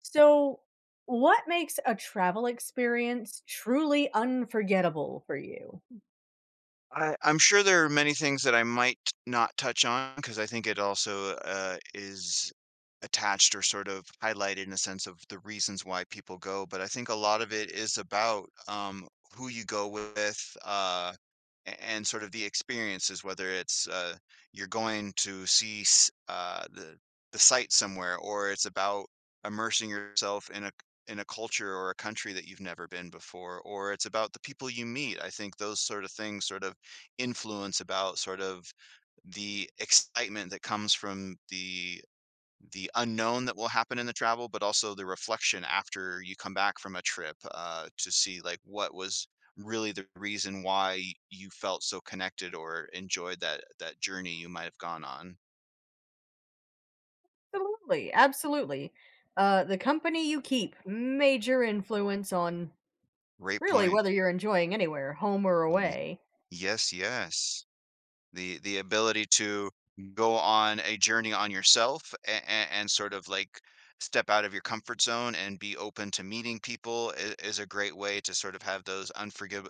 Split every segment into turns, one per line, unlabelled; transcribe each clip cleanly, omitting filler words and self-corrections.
So, what makes a travel experience truly unforgettable for you?
I'm sure there are many things that I might not touch on because I think it also, is attached or sort of highlighted in a sense of the reasons why people go, but I think a lot of it is about, who you go with, and sort of the experiences, whether it's you're going to see the site somewhere, or it's about immersing yourself in a culture or a country that you've never been before, or it's about the people you meet. I think those sort of things sort of influence about sort of the excitement that comes from the unknown that will happen in the travel, but also the reflection after you come back from a trip to see like what was really the reason why you felt so connected or enjoyed that journey you might have gone on.
Absolutely, absolutely. The company you keep, major influence on
Great
really
point.
whether you're enjoying anywhere, home or
Mm,
away.
yes, yes. The ability to go on a journey on yourself and sort of like step out of your comfort zone and be open to meeting people is a great way to sort of have those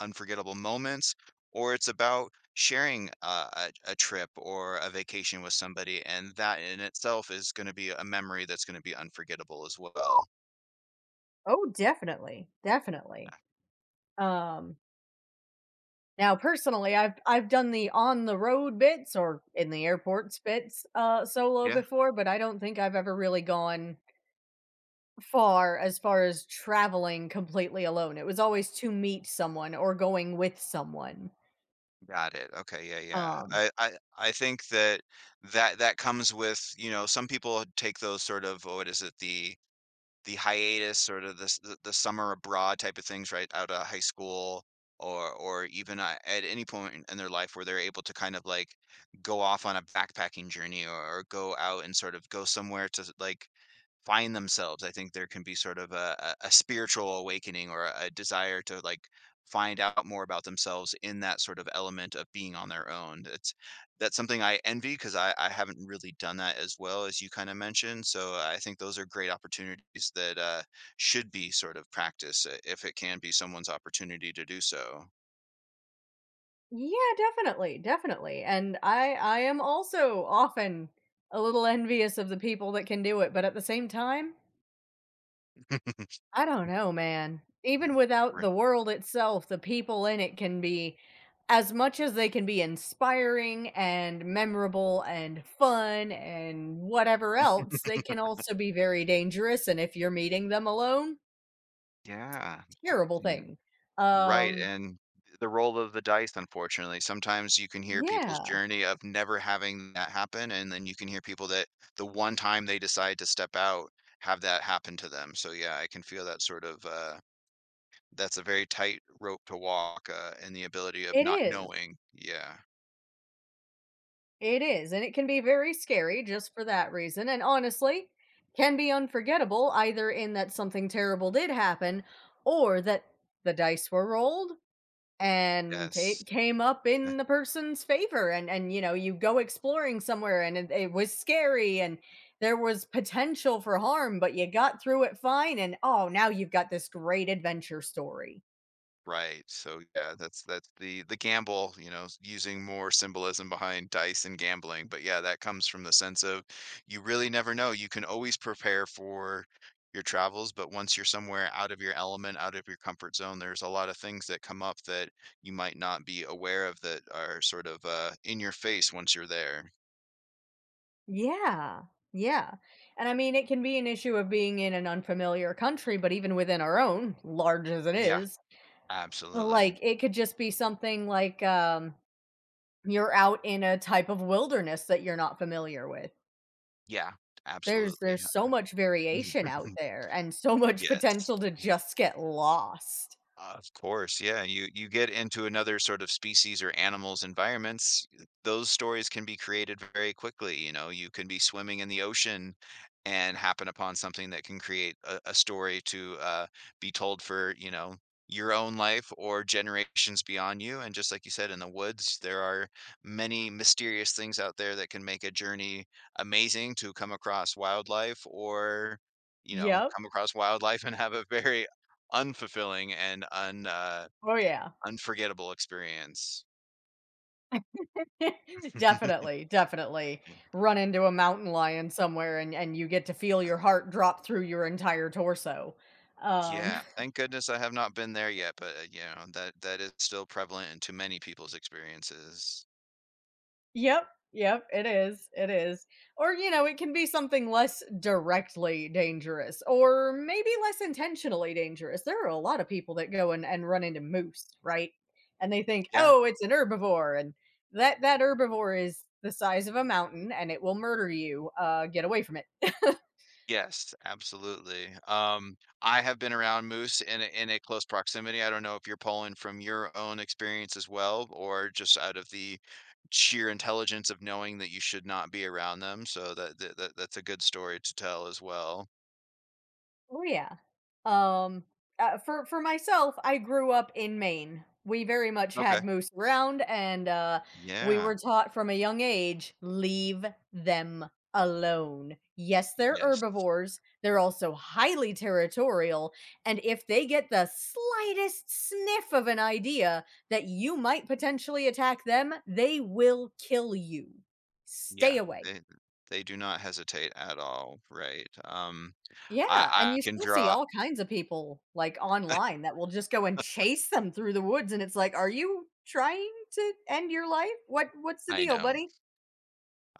unforgettable moments, or it's about sharing a trip or a vacation with somebody, and that in itself is going to be a memory that's going to be unforgettable as well.
Oh, definitely, definitely. Um, Now, personally, I've done the on the road bits or in the airports bits solo
Yeah.
before, but I don't think I've ever really gone far as far as traveling completely alone. It was always to meet someone or going with someone.
Got it. Okay. Yeah. Yeah.
Um,
I think that comes with, you know, some people take those sort of, oh, what is it, the hiatus or the s the summer abroad type of things right out of high school, or even a at any point in their life where they're able to kind of like go off on a backpacking journey, or go out and sort of go somewhere to like find themselves. I think there can be sort of a spiritual awakening, or a desire to like find out more about themselves in that sort of element of being on their own. It's That's something I envy because I haven't really done that as well as you kinda mentioned, so I think those are great opportunities that, should be sort of practice I if it can be someone's opportunity to do so.
yeah, definitely, definitely. And I am also often a little envious of the people that can do it, but at the same time I don't know, man. Even
Uh,
without the
right.
world itself, the people in it can be as much as they can be inspiring and memorable and fun and whatever else, they can also be very dangerous, and if you're meeting them alone,
Yeah,
terrible
and
thing.
right,
Um,
and the roll of the dice, unfortunately. Sometimes you can hear people's
yeah,
journey of never having that happen, and then you can hear people that the one time they decide to step out, have that happen to them, so yeah, I can feel that sort of, that's a very tight rope to walk, and the ability of
it
not
is.
knowing. Yeah.
It is, and it can be very scary just for that reason and honestly, can be unforgettable either in that something terrible did happen or that the dice were rolled and
Yes.
it came up
Eh,
in the person's favor, and you know you go exploring somewhere and it was scary and there was potential for harm, but you got through it fine and oh, now you've got this great adventure story.
right. So yeah, that's that's the gamble, you know, using more symbolism behind dice and gambling. But yeah, that comes from the sense of you really never know. You can always prepare for your travels, but once you're somewhere out of your element, out of your comfort zone, there's a lot of things that come up that you might not be aware of that are sort of in your face once you're there.
Yeah, yeah, and I mean it can be an issue of being in an unfamiliar country but even within our own, large as it
Yeah,
is,
absolutely.
like it could just be something like you're out in a type of wilderness that you're not familiar with.
Yeah,
There's
absolutely.
so much variation out there and so much
Yes.
potential to just get lost.
Of course, yeah. You get into another sort of species or animals environments, those stories can be created very quickly. You know, you can be swimming in the ocean and happen upon something that can create a story to be told for, you know, your own life or generations beyond you. And just like you said, in the woods, there are many mysterious things out there that can make a journey amazing to come across wildlife, or, you know,
Yep.
come across wildlife and have a very unfulfilling and un
Oh, yeah.
unforgettable experience.
Definitely, definitely. Run into a mountain lion somewhere and you get to feel your heart drop through your entire torso. Um
Yeah, thank goodness I have not been there yet, but, you know, that that is still prevalent into many people's experiences.
Yep, yep, it is, it is. Or, you know, it can be something less directly dangerous or maybe less intentionally dangerous. There are a lot of people that go and run into moose, right? And they think,
Yeah.
oh, it's an herbivore, and that that herbivore is the size of a mountain and it will murder you. Get away from it.
Yes, absolutely. I have been around moose in a close proximity. I don't know if you're pulling from your own experience as well, or just out of the sheer intelligence of knowing that you should not be around them, so that's a good story to tell as well.
Oh yeah. Um, for myself, I grew up in Maine. We very much
Okay.
had moose around, and we
Yeah.
were taught from a young age, leave them alone. Yes, they're
Yes.
herbivores. They're also highly territorial, and if they get the slightest sniff of an idea that you might potentially attack them, they will kill you. Stay
Yeah,
away.
they they do not hesitate at all, right? I
Yeah, and
I
you
can
still see
draw
all kinds of people, like, online that will just go and chase them through the woods, and it's like, "Are you trying to end your life? What what's the
I
deal,
know.
buddy?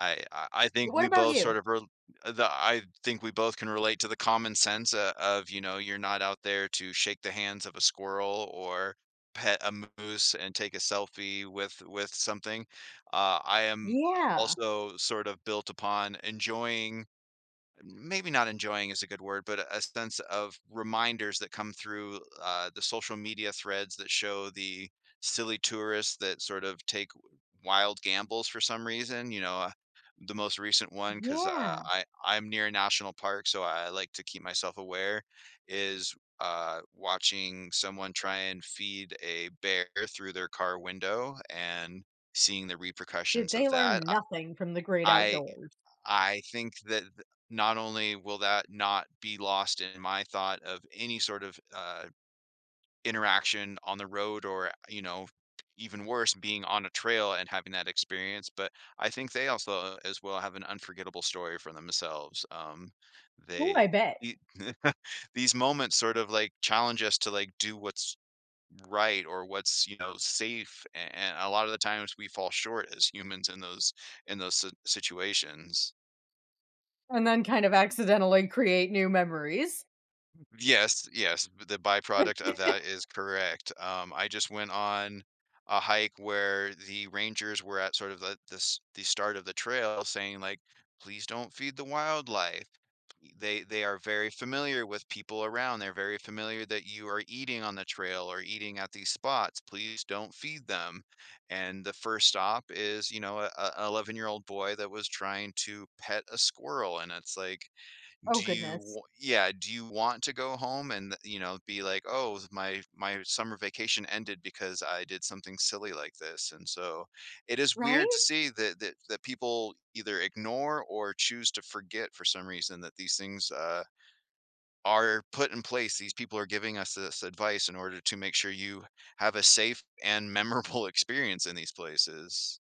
I
Well,
think
what
we
about
both
you?"
sort of rel the I think we both can relate to the common sense, of, you know, you're not out there to shake the hands of a squirrel or pet a moose and take a selfie with something. I am,
Yeah,
also sort of built upon enjoying, maybe not enjoying is a good word, but a sense of reminders that come through the social media threads that show the silly tourists that sort of take wild gambles for some reason. You know, the most recent one, because
yeah.
I'm near a national park, so I like to keep myself aware, is watching someone try and feed a bear through their car window and seeing the
Did
repercussions
they
of that.
learn nothing from the great
I,
outdoors?
I think that not only will that not be lost in my thought of any sort of interaction on the road, or, you know, even worse, being on a trail and having that experience, but I think they also as well have an unforgettable story for themselves.
Oh, I
They,
bet.
the- these moments sort of like challenge us to like do what's right or what's, you know, safe, and a lot of the times we fall short as humans in those situations.
And then kind of accidentally create new memories.
Yes, yes, the byproduct of that is correct. I just went on a hike where the rangers were at sort of the start of the trail saying like, please don't feed the wildlife. They are very familiar with people around. They're very familiar that you are eating on the trail or eating at these spots. Please don't feed them. And the first stop is, you know, a 11-year-old boy that was trying to pet a squirrel, and it's like
Oh,
do you
goodness.
wa- yeah do you want to go home and you know be like, oh my, my summer vacation ended because I did something silly like this? And so it is
Right?
weird to see that people either ignore or choose to forget for some reason that these things, are put in place. These people are giving us this advice in order to make sure you have a safe and memorable experience in these places.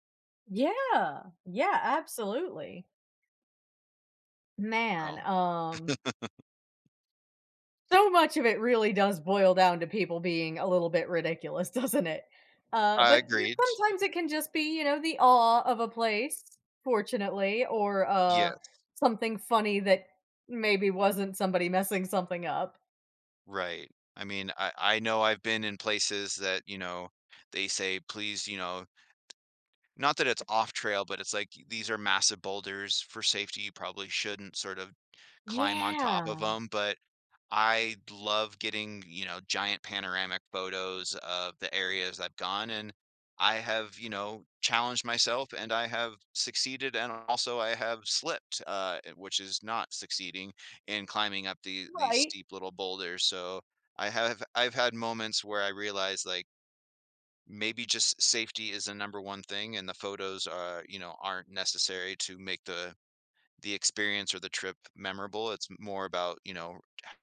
Yeah, yeah, absolutely. Man,
Oh,
so much of it really does boil down to people being a little bit ridiculous, doesn't it? Uh,
I
but but
agreed.
sometimes it can just be, you know, the awe of a place, fortunately, or
Yes.
something funny that maybe wasn't somebody messing something up.
Right. I mean, I know I've been in places that, you know, they say, "Please," you know, not that it's off trail, but it's like, "These are massive boulders. For safety, you probably shouldn't sort of climb on top of
Yeah.
them," but I love getting, you know, giant panoramic photos of the areas I've gone, and I have, you know, challenged myself and I have succeeded, and also I have slipped, which is not succeeding in climbing up these
Right.
steep little boulders. So I've had moments where I realize like maybe just safety is the number one thing and the photos are, you know, aren't necessary to make the experience or the trip memorable. It's more about, you know,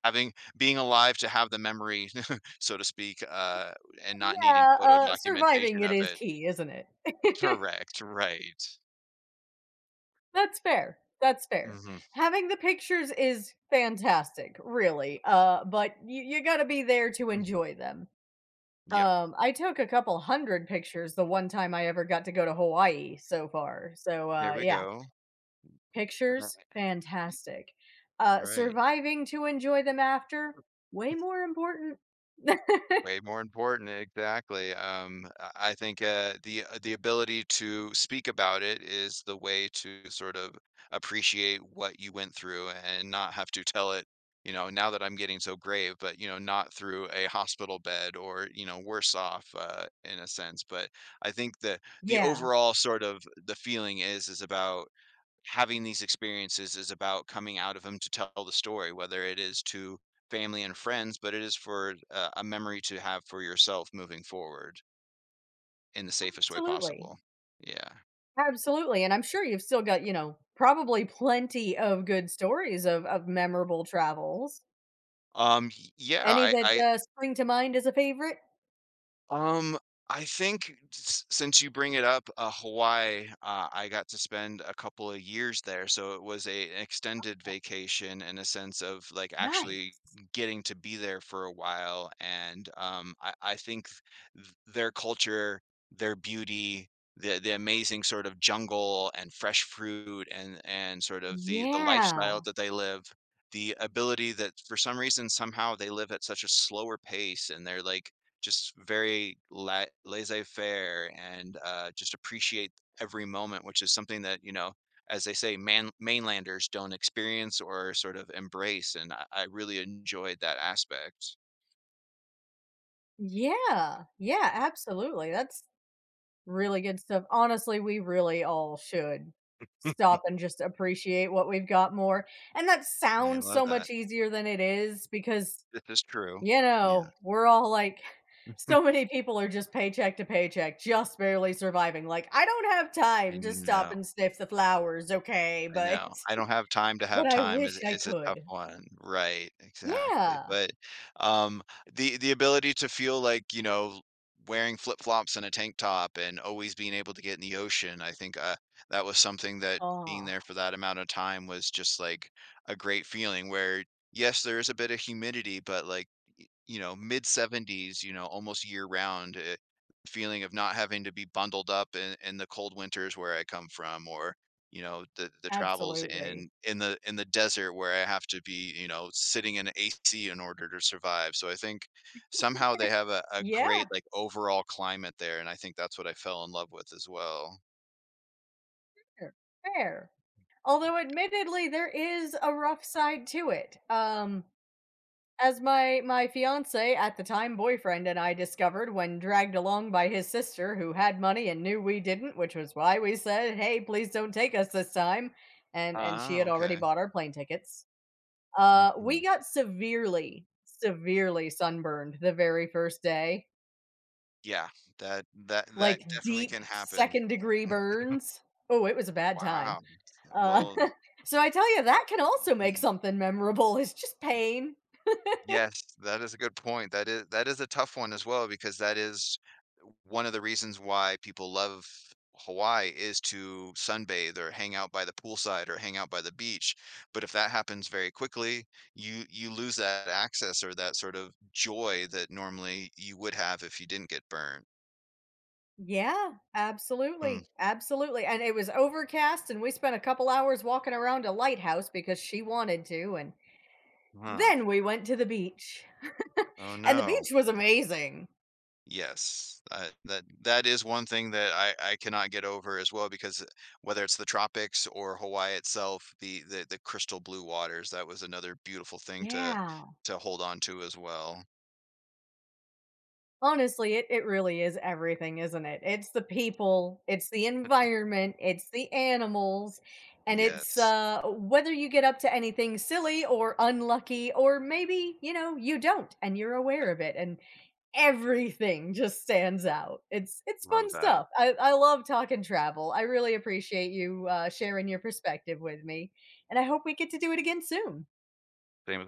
having, being alive to have the memory, so to speak, and not needing
Yeah.
photo
Surviving
documentation
it
of
is
it.
key, isn't it?
Correct, right.
That's fair. That's fair.
Mhm.
Having the pictures is fantastic, really. But you got to be there to
Mm,
enjoy them.
yep.
I took a couple hundred pictures the one time I ever got to go to Hawaii so far. So,
There we
yeah,
go.
pictures,
Right.
fantastic.
Right.
Surviving to enjoy them after, way more important.
Way more important, exactly. I think the ability to speak about it is the way to sort of appreciate what you went through and not have to tell it, you know, now that I'm getting so grave, but you know, not through a hospital bed, or, you know, worse off in a sense. But I think the
Yeah,
overall sort of the feeling is about having these experiences is about coming out of them to tell the story, whether it is to family and friends, but it is for a memory to have for yourself moving forward in the safest way
absolutely.
possible. Yeah.
Absolutely. And I'm sure you've still got, you know, probably plenty of good stories of memorable travels.
Yeah.
Any that spring to mind as a favorite?
Um, I think since you bring it up, Hawaii, I got to spend a couple of years there, so it was a an extended vacation in a sense of like actually
Nice.
getting to be there for a while. And I think their culture, their beauty, the amazing sort of jungle and fresh fruit and sort of the lifestyle
Yeah.
that they live. The ability that for some reason somehow they live at such a slower pace, and they're like just very laissez-faire and just appreciate every moment, which is something that, you know, as they say, man, mainlanders don't experience or sort of embrace, and I really enjoyed that aspect.
Yeah. Yeah, absolutely. That's really good stuff. Honestly, we really all should stop and just appreciate what we've got more, and that
I
sounds
love
so
that.
much easier than it is because,
This is true.
you
Yeah,
know, we're all like so many people are just paycheck to paycheck, just barely surviving, like, "I don't have
I
time to stop and
know.
sniff the flowers, okay,
I
but
know. I don't have time to
but
have
I
time is
wish I
is a tough
could."
one. Right, exactly,
Yeah.
but, um, the ability to feel like, you know, wearing flip-flops and a tank top and always being able to get in the ocean, I think, that was something that being
Oh,
there for that amount of time was just, like, a great feeling where, yes, there is a bit of humidity, but, like, y you know, mid-70s, you know, almost year-round, feeling of not having to be bundled up in the cold winters where I come from, or you know, the travels
absolutely.
in the desert where I have to be, you know, sitting in AC in order to survive. So I think somehow they have a
Yeah,
great like overall climate there, and I think that's what I fell in love with as well.
sure. Fair. Although admittedly there is a rough side to it. As my fiance at the time boyfriend and I discovered when dragged along by his sister who had money and knew we didn't, which was why we said, "Hey, please don't take us this time." And she
Ah,
had already
okay.
bought our plane tickets. We
Hmm.
got severely, severely sunburned the very first day,
Yeah, that that
like
that definitely
deep
can happen.
second degree burns. Oh, it was a bad time.
Wow.
Uh,
Well,
so I tell you, that can also make
that,
something memorable. It's just pain.
yes, that is a good point. That is a tough one as well because that is one of the reasons why people love Hawaii is to sunbathe or hang out by the poolside or hang out by the beach. But if that happens very quickly, you lose that access or that sort of joy that normally you would have if you didn't get burned.
Yeah,
Hmm.
absolutely. Absolutely. And it was overcast, and we spent a couple hours walking around a lighthouse because she wanted to. And
Huh.
then we went to the beach.
Oh
And the
no.
beach was amazing.
Yes, that that is one thing that I cannot get over as well because whether it's the tropics or Hawaii itself, the crystal blue waters, that was another beautiful thing
Yeah.
to hold on to as well.
Honestly, it really is everything, isn't it? It's the people, it's the environment, it's the animals, and it's,
Yes,
whether you get up to anything silly or unlucky or maybe, you know, you don't and you're aware of it and everything just stands out. It's fun
love that.
stuff. I love talking travel. I really appreciate you, sharing your perspective with me, and I hope we get to do it again soon.
Same.